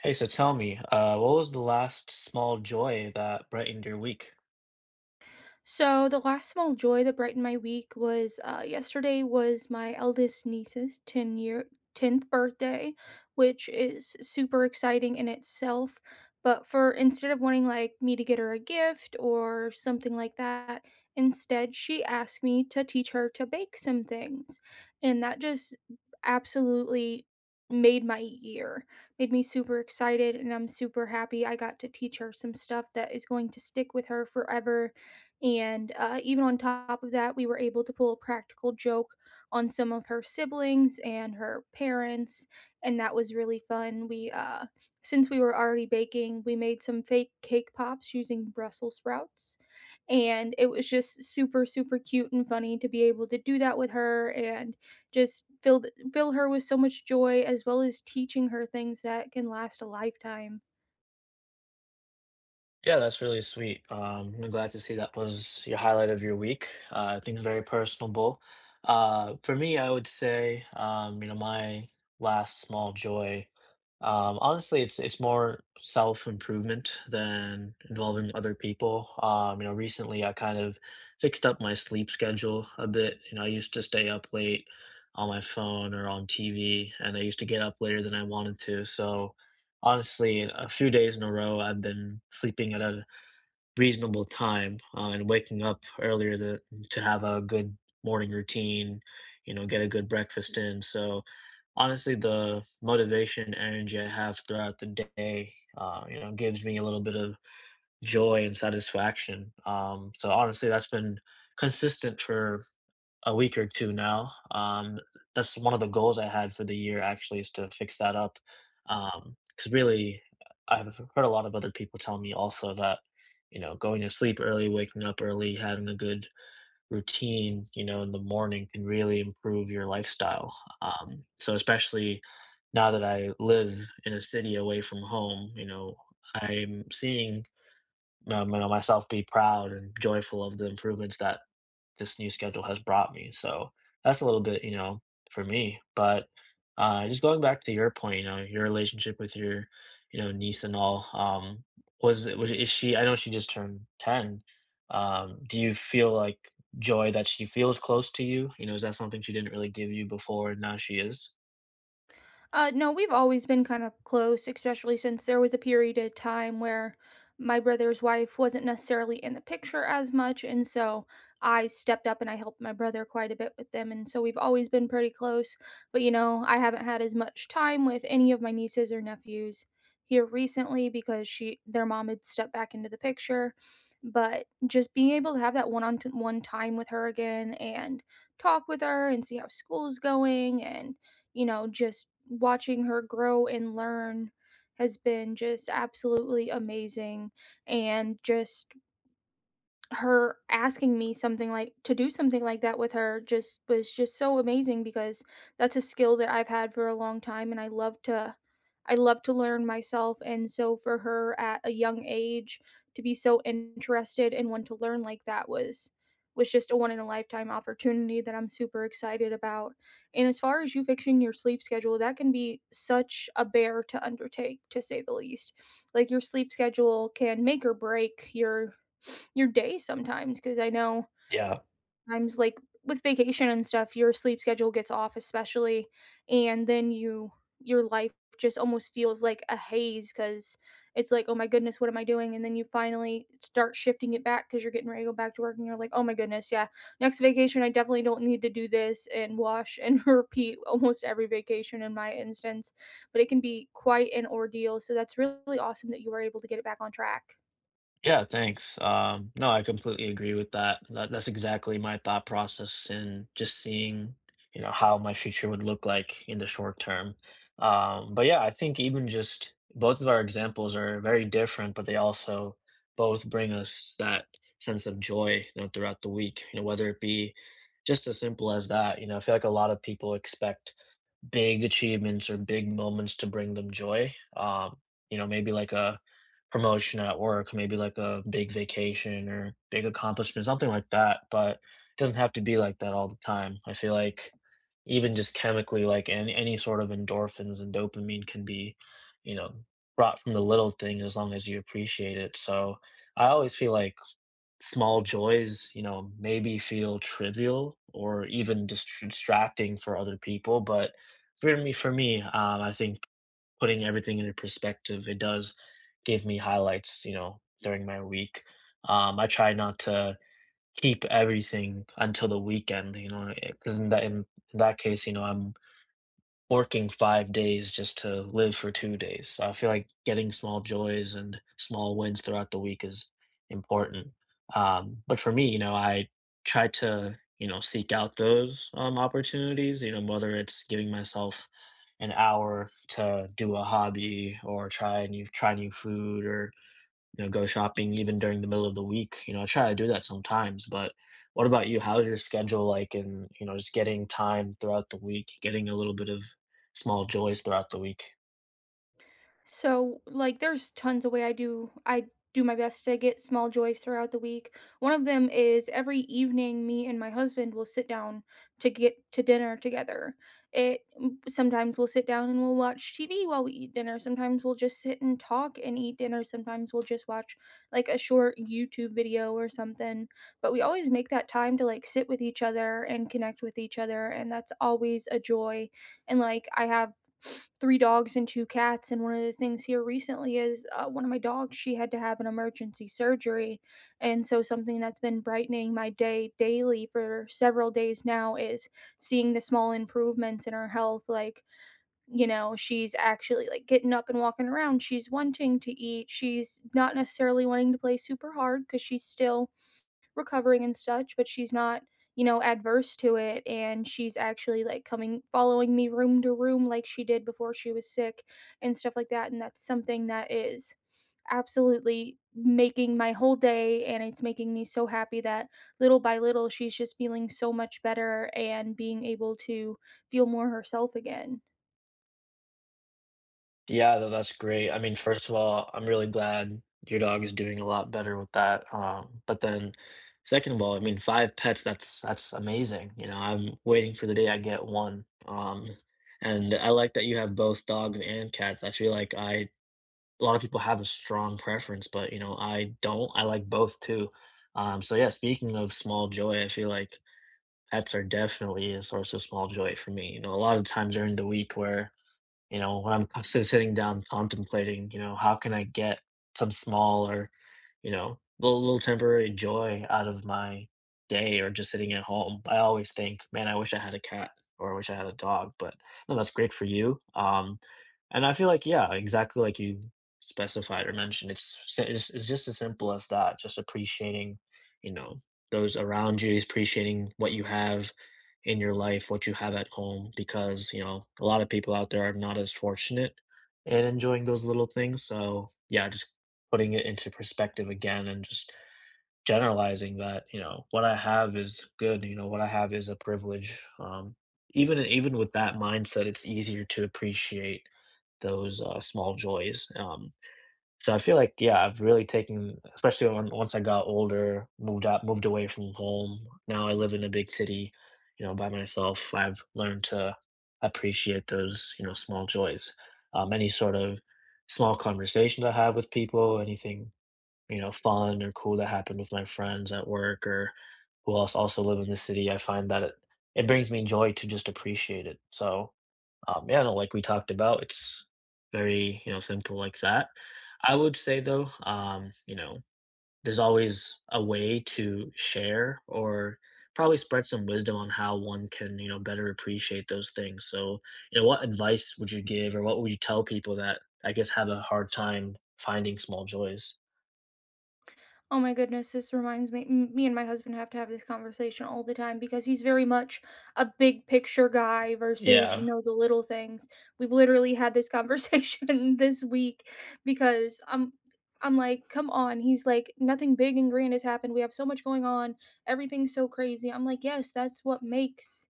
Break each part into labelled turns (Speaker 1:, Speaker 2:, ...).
Speaker 1: Hey, so tell me, what was the last small joy that brightened your week?
Speaker 2: So the last small joy that brightened my week was yesterday was my eldest niece's tenth birthday, which is super exciting in itself. But for instead of wanting like me to get her a gift or something like that, instead she asked me to teach her to bake some things, and that just absolutely made my year made me super excited and I'm super happy I got to teach her some stuff that is going to stick with her forever. And even on top of that, we were able to pull a practical joke on some of her siblings and her parents, and that was really fun. We since we were already baking, we made some fake cake pops using Brussels sprouts, and it was just super, super cute and funny to be able to do that with her and just fill her with so much joy as well as teaching her things that can last a lifetime.
Speaker 1: Yeah, that's really sweet. I'm glad to see that was your highlight of your week. I think it's very personable. For me, I would say, my last small joy. Honestly, it's more self-improvement than involving other people. Recently I kind of fixed up my sleep schedule a bit. You know, I used to stay up late on my phone or on TV, and I used to get up later than I wanted to. So, honestly, a few days in a row, I've been sleeping at a reasonable time, and waking up earlier to have a good morning routine, you know, get a good breakfast in. So, honestly, the motivation, energy I have throughout the day, gives me a little bit of joy and satisfaction. So honestly, that's been consistent for a week or 2 now. That's one of the goals I had for the year actually is to fix that up. Because really, I've heard a lot of other people tell me also that, you know, going to sleep early, waking up early, having a good routine, you know, in the morning can really improve your lifestyle. So especially now that I live in a city away from home, you know, I'm seeing, myself be proud and joyful of the improvements that this new schedule has brought me. So that's a little bit, you know, for me. But just going back to your point, you know, your relationship with your, you know, niece and all, was it was is she? I know she just turned ten. Do you feel like joy that she feels close to you? You know, is that something she didn't really give you before, and now she is?
Speaker 2: No, we've always been kind of close, especially since there was a period of time where my brother's wife wasn't necessarily in the picture as much. And so I stepped up and I helped my brother quite a bit with them. And so we've always been pretty close. But, you know, I haven't had as much time with any of my nieces or nephews here recently because she their mom had stepped back into the picture, but just being able to have that one on one time with her again and talk with her and see how school's going and, you know, just watching her grow and learn has been just absolutely amazing. And just her asking me something like to do something like that with her just was just so amazing, because that's a skill that I've had for a long time and I love to learn myself. And so for her at a young age to be so interested and want to learn like that was just a one in a lifetime opportunity that I'm super excited about. And as far as you fixing your sleep schedule, that can be such a bear to undertake, to say the least. Like, your sleep schedule can make or break your day sometimes, because I know
Speaker 1: Yeah.
Speaker 2: times, like, with vacation and stuff, your sleep schedule gets off especially, and then your life just almost feels like a haze, because it's like, "Oh my goodness, what am I doing?" And then you finally start shifting it back because 'cause you're getting ready to go back to work and you're like, "Oh my goodness, yeah, next vacation, I definitely don't need to do this," and wash and repeat almost every vacation in my instance, but it can be quite an ordeal, so that's really awesome that you were able to get it back on track.
Speaker 1: Yeah, thanks. No, I completely agree with that. That's exactly my thought process and just seeing, you know, how my future would look like in the short term. But yeah, I think even just both of our examples are very different, but they also both bring us that sense of joy, you know, throughout the week, you know, whether it be just as simple as that. You know, I feel like a lot of people expect big achievements or big moments to bring them joy. You know, maybe like a promotion at work, maybe like a big vacation or big accomplishment, something like that. But it doesn't have to be like that all the time. I feel like even just chemically, like any sort of endorphins and dopamine can be, you know, brought from the little thing as long as you appreciate it. So I always feel like small joys, you know, maybe feel trivial or even distracting for other people. But for me, I think putting everything into perspective, it does give me highlights, you know, during my week. I try not to keep everything until the weekend, you know, because in that case, you know, I'm working 5 days just to live for 2 days. So I feel like getting small joys and small wins throughout the week is important. But for me, you know, I try to, you know, seek out those opportunities, you know, whether it's giving myself an hour to do a hobby or try new food or you know, go shopping even during the middle of the week. You know, I try to do that sometimes, but what about you? How's your schedule like and, you know, just getting time throughout the week, getting a little bit of small joys throughout the week?
Speaker 2: So, like, there's tons of way I do my best to get small joys throughout the week. One of them is every evening, me and my husband will sit down to get to dinner together. Sometimes we'll sit down and we'll watch TV while we eat dinner. Sometimes we'll just sit and talk and eat dinner. Sometimes we'll just watch like a short YouTube video or something. But we always make that time to like sit with each other and connect with each other, and that's always a joy. And like I have three dogs and two cats, and one of the things here recently is, one of my dogs, she had to have an emergency surgery, and so something that's been brightening my day daily for several days now is seeing the small improvements in her health, like, you know, she's actually, like, getting up and walking around, she's wanting to eat, she's not necessarily wanting to play super hard because she's still recovering and such, but she's not, you know, adverse to it. And she's actually like coming, following me room to room like she did before she was sick and stuff like that. And that's something that is absolutely making my whole day, and it's making me so happy that little by little she's just feeling so much better and being able to feel more herself again.
Speaker 1: Yeah, that's great. I mean, first of all, I'm really glad your dog is doing a lot better with that. But then second of all, I mean, five pets, that's amazing. You know, I'm waiting for the day I get one. And I like that you have both dogs and cats. I feel like I a lot of people have a strong preference, but, you know, I don't. I like both too. So yeah, speaking of small joy, I feel like pets are definitely a source of small joy for me. You know, a lot of times during the week where, you know, when I'm constantly sitting down contemplating, you know, how can I get some small or you know, little temporary joy out of my day or just sitting at home. I always think, man, I wish I had a cat or I wish I had a dog, but no, that's great for you. And I feel like, yeah, exactly like you specified or mentioned, it's just as simple as that, just appreciating, you know, those around you, appreciating what you have in your life, what you have at home, because, you know, a lot of people out there are not as fortunate and enjoying those little things. So, yeah, just putting it into perspective again and just generalizing that, you know, what I have is good, you know, what I have is a privilege. Even with that mindset, it's easier to appreciate those small joys. So I feel like yeah, I've really taken, especially on, once I got older, moved out, moved away from home. Now I live in a big city, you know, by myself. I've learned to appreciate those you know small joys, any sort of small conversations I have with people, anything you know, fun or cool that happened with my friends at work or who else also live in the city, I find that it brings me joy to just appreciate it. So, yeah, no, like we talked about, it's very, you know, simple like that. I would say though, you know, there's always a way to share or probably spread some wisdom on how one can, you know, better appreciate those things. So, you know, what advice would you give or what would you tell people that I guess have a hard time finding small joys?
Speaker 2: Oh my goodness, this reminds me. Me and my husband have to have this conversation all the time because he's very much a big picture guy versus, you
Speaker 1: Yeah.
Speaker 2: know, the little things. We've literally had this conversation this week because I'm like, "Come on." He's like, "Nothing big and grand has happened. We have so much going on. Everything's so crazy." I'm like, "Yes, that's what makes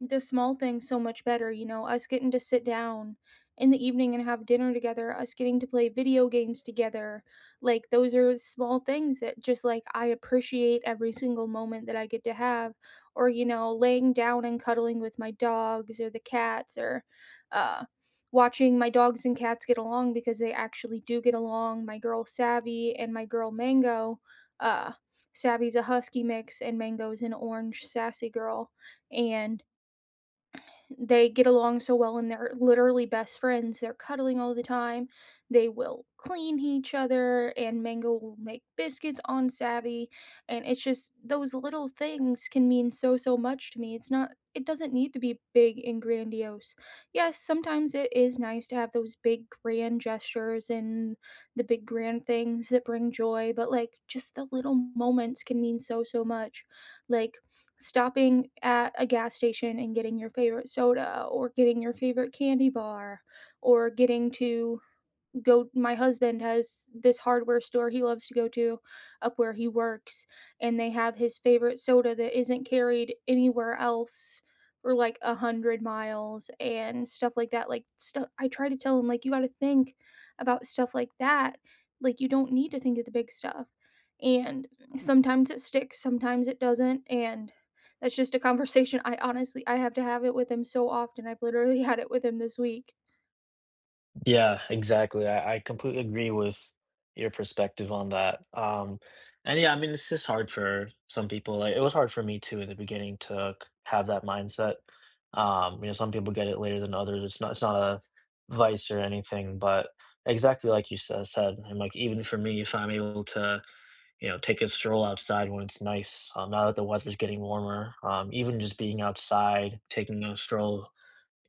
Speaker 2: the small things so much better, you know, us getting to sit down in the evening and have dinner together, us getting to play video games together. Like, those are small things that just like I appreciate every single moment that I get to have, or you know, laying down and cuddling with my dogs or the cats, or uh watching my dogs and cats get along, because they actually do get along. My girl Savvy and my girl Mango, uh Savvy's a husky mix and Mango's an orange sassy girl, and they get along so well and they're literally best friends. They're cuddling all the time. They will clean each other, and Mango will make biscuits on Savvy. And it's just those little things can mean so, so much to me. It's not, it doesn't need to be big and grandiose. Yes, sometimes it is nice to have those big, grand gestures and the big, grand things that bring joy, but like just the little moments can mean so, so much. Like, stopping at a gas station and getting your favorite soda or getting your favorite candy bar, or getting to go, my husband has this hardware store he loves to go to up where he works, and they have his favorite soda that isn't carried anywhere else for like 100 miles and stuff like that. Like, stuff I try to tell him, like, you gotta think about stuff like that. Like, you don't need to think of the big stuff. And sometimes it sticks, sometimes it doesn't. And that's just a conversation I have to have it with him so often. I've literally had it with him this week.
Speaker 1: Yeah, exactly. I completely agree with your perspective on that. And yeah, I mean, it's just hard for some people. Like, it was hard for me too in the beginning to have that mindset. You know, some people get it later than others. It's not a vice or anything, but exactly like you said, and like even for me, if I'm able to, you know, take a stroll outside when it's nice, now that the weather's getting warmer, even just being outside, taking a stroll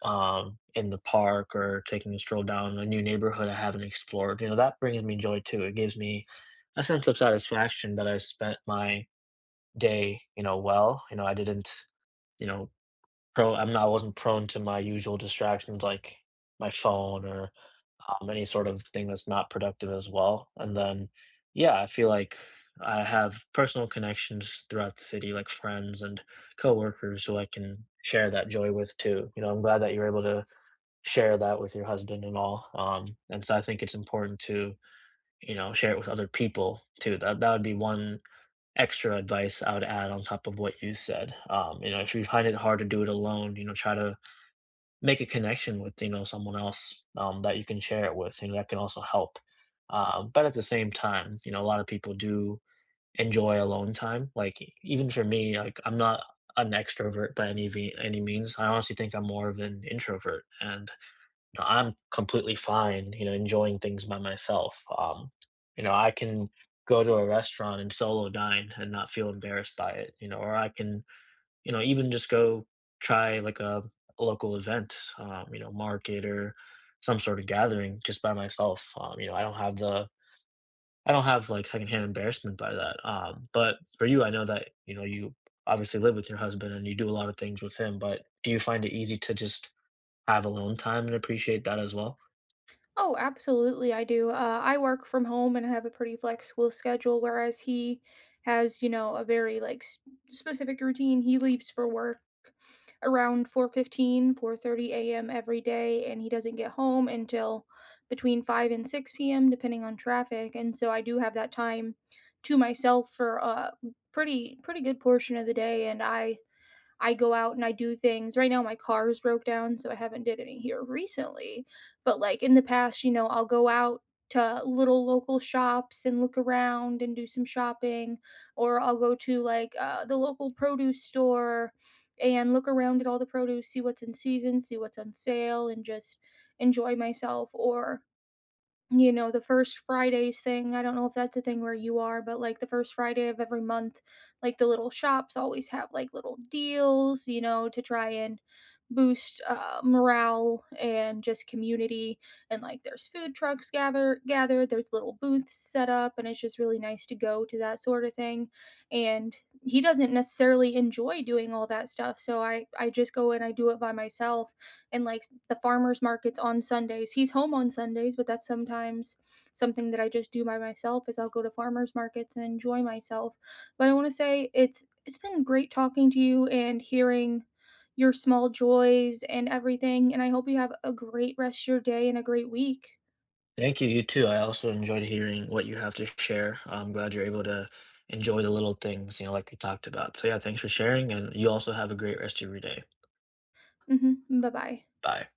Speaker 1: in the park or taking a stroll down a new neighborhood I haven't explored. You know, that brings me joy too. It gives me a sense of satisfaction that I spent my day, you know, well. You know, I didn't, you know, pro I'm not I wasn't prone to my usual distractions like my phone or any sort of thing that's not productive as well. And then, yeah, I feel like I have personal connections throughout the city, like friends and coworkers who I can share that joy with too. You know, I'm glad that you're able to share that with your husband and all. And so I think it's important to, you know, share it with other people too. That would be one extra advice I would add on top of what you said. You know, if you find it hard to do it alone, you know, try to make a connection with, you know, someone else that you can share it with. You know, that can also help. But at the same time, you know, a lot of people do enjoy alone time. Like even for me, like I'm not an extrovert by any means. I honestly think I'm more of an introvert, and know, I'm completely fine, you know, enjoying things by myself. You know, I can go to a restaurant and solo dine and not feel embarrassed by it, you know, or I can, you know, even just go try like a local event, you know, market or some sort of gathering just by myself. You know, I don't have like secondhand embarrassment by that. But for you, I know that, you know, you obviously live with your husband and you do a lot of things with him, but do you find it easy to just have alone time and appreciate that as well?
Speaker 2: Oh, absolutely, I do. I work from home and have a pretty flexible schedule, whereas he has, you know, a very like specific routine. He leaves for work around 4:15, 4:30 a.m. every day, and he doesn't get home until between five and 6 p.m. depending on traffic. And so I do have that time to myself for a pretty good portion of the day, and I go out and I do things. Right now my car is broke down, so I haven't did any here recently. But like in the past, you know, I'll go out to little local shops and look around and do some shopping, or I'll go to like the local produce store and look around at all the produce, see what's in season, see what's on sale, and just enjoy myself. Or, you know, the first Fridays thing, I don't know if that's a thing where you are, but, like, the first Friday of every month, like, the little shops always have, like, little deals, you know, to try and boost, morale and just community, and, like, there's food trucks gathered, there's little booths set up, and it's just really nice to go to that sorta thing, and he doesn't necessarily enjoy doing all that stuff, so I just go and I do it by myself. And like the farmers markets on Sundays. He's home on Sundays, but that's sometimes something that I just do by myself is I'll go to farmers markets and enjoy myself. But I want to say it's been great talking to you and hearing your small joys and everything, and I hope you have a great rest of your day and a great week.
Speaker 1: Thank you. You too. I also enjoyed hearing what you have to share. I'm glad you're able to enjoy the little things, you know, like we talked about. So, yeah, thanks for sharing. And you also have a great rest of your day.
Speaker 2: Mhm. Bye-bye.
Speaker 1: Bye.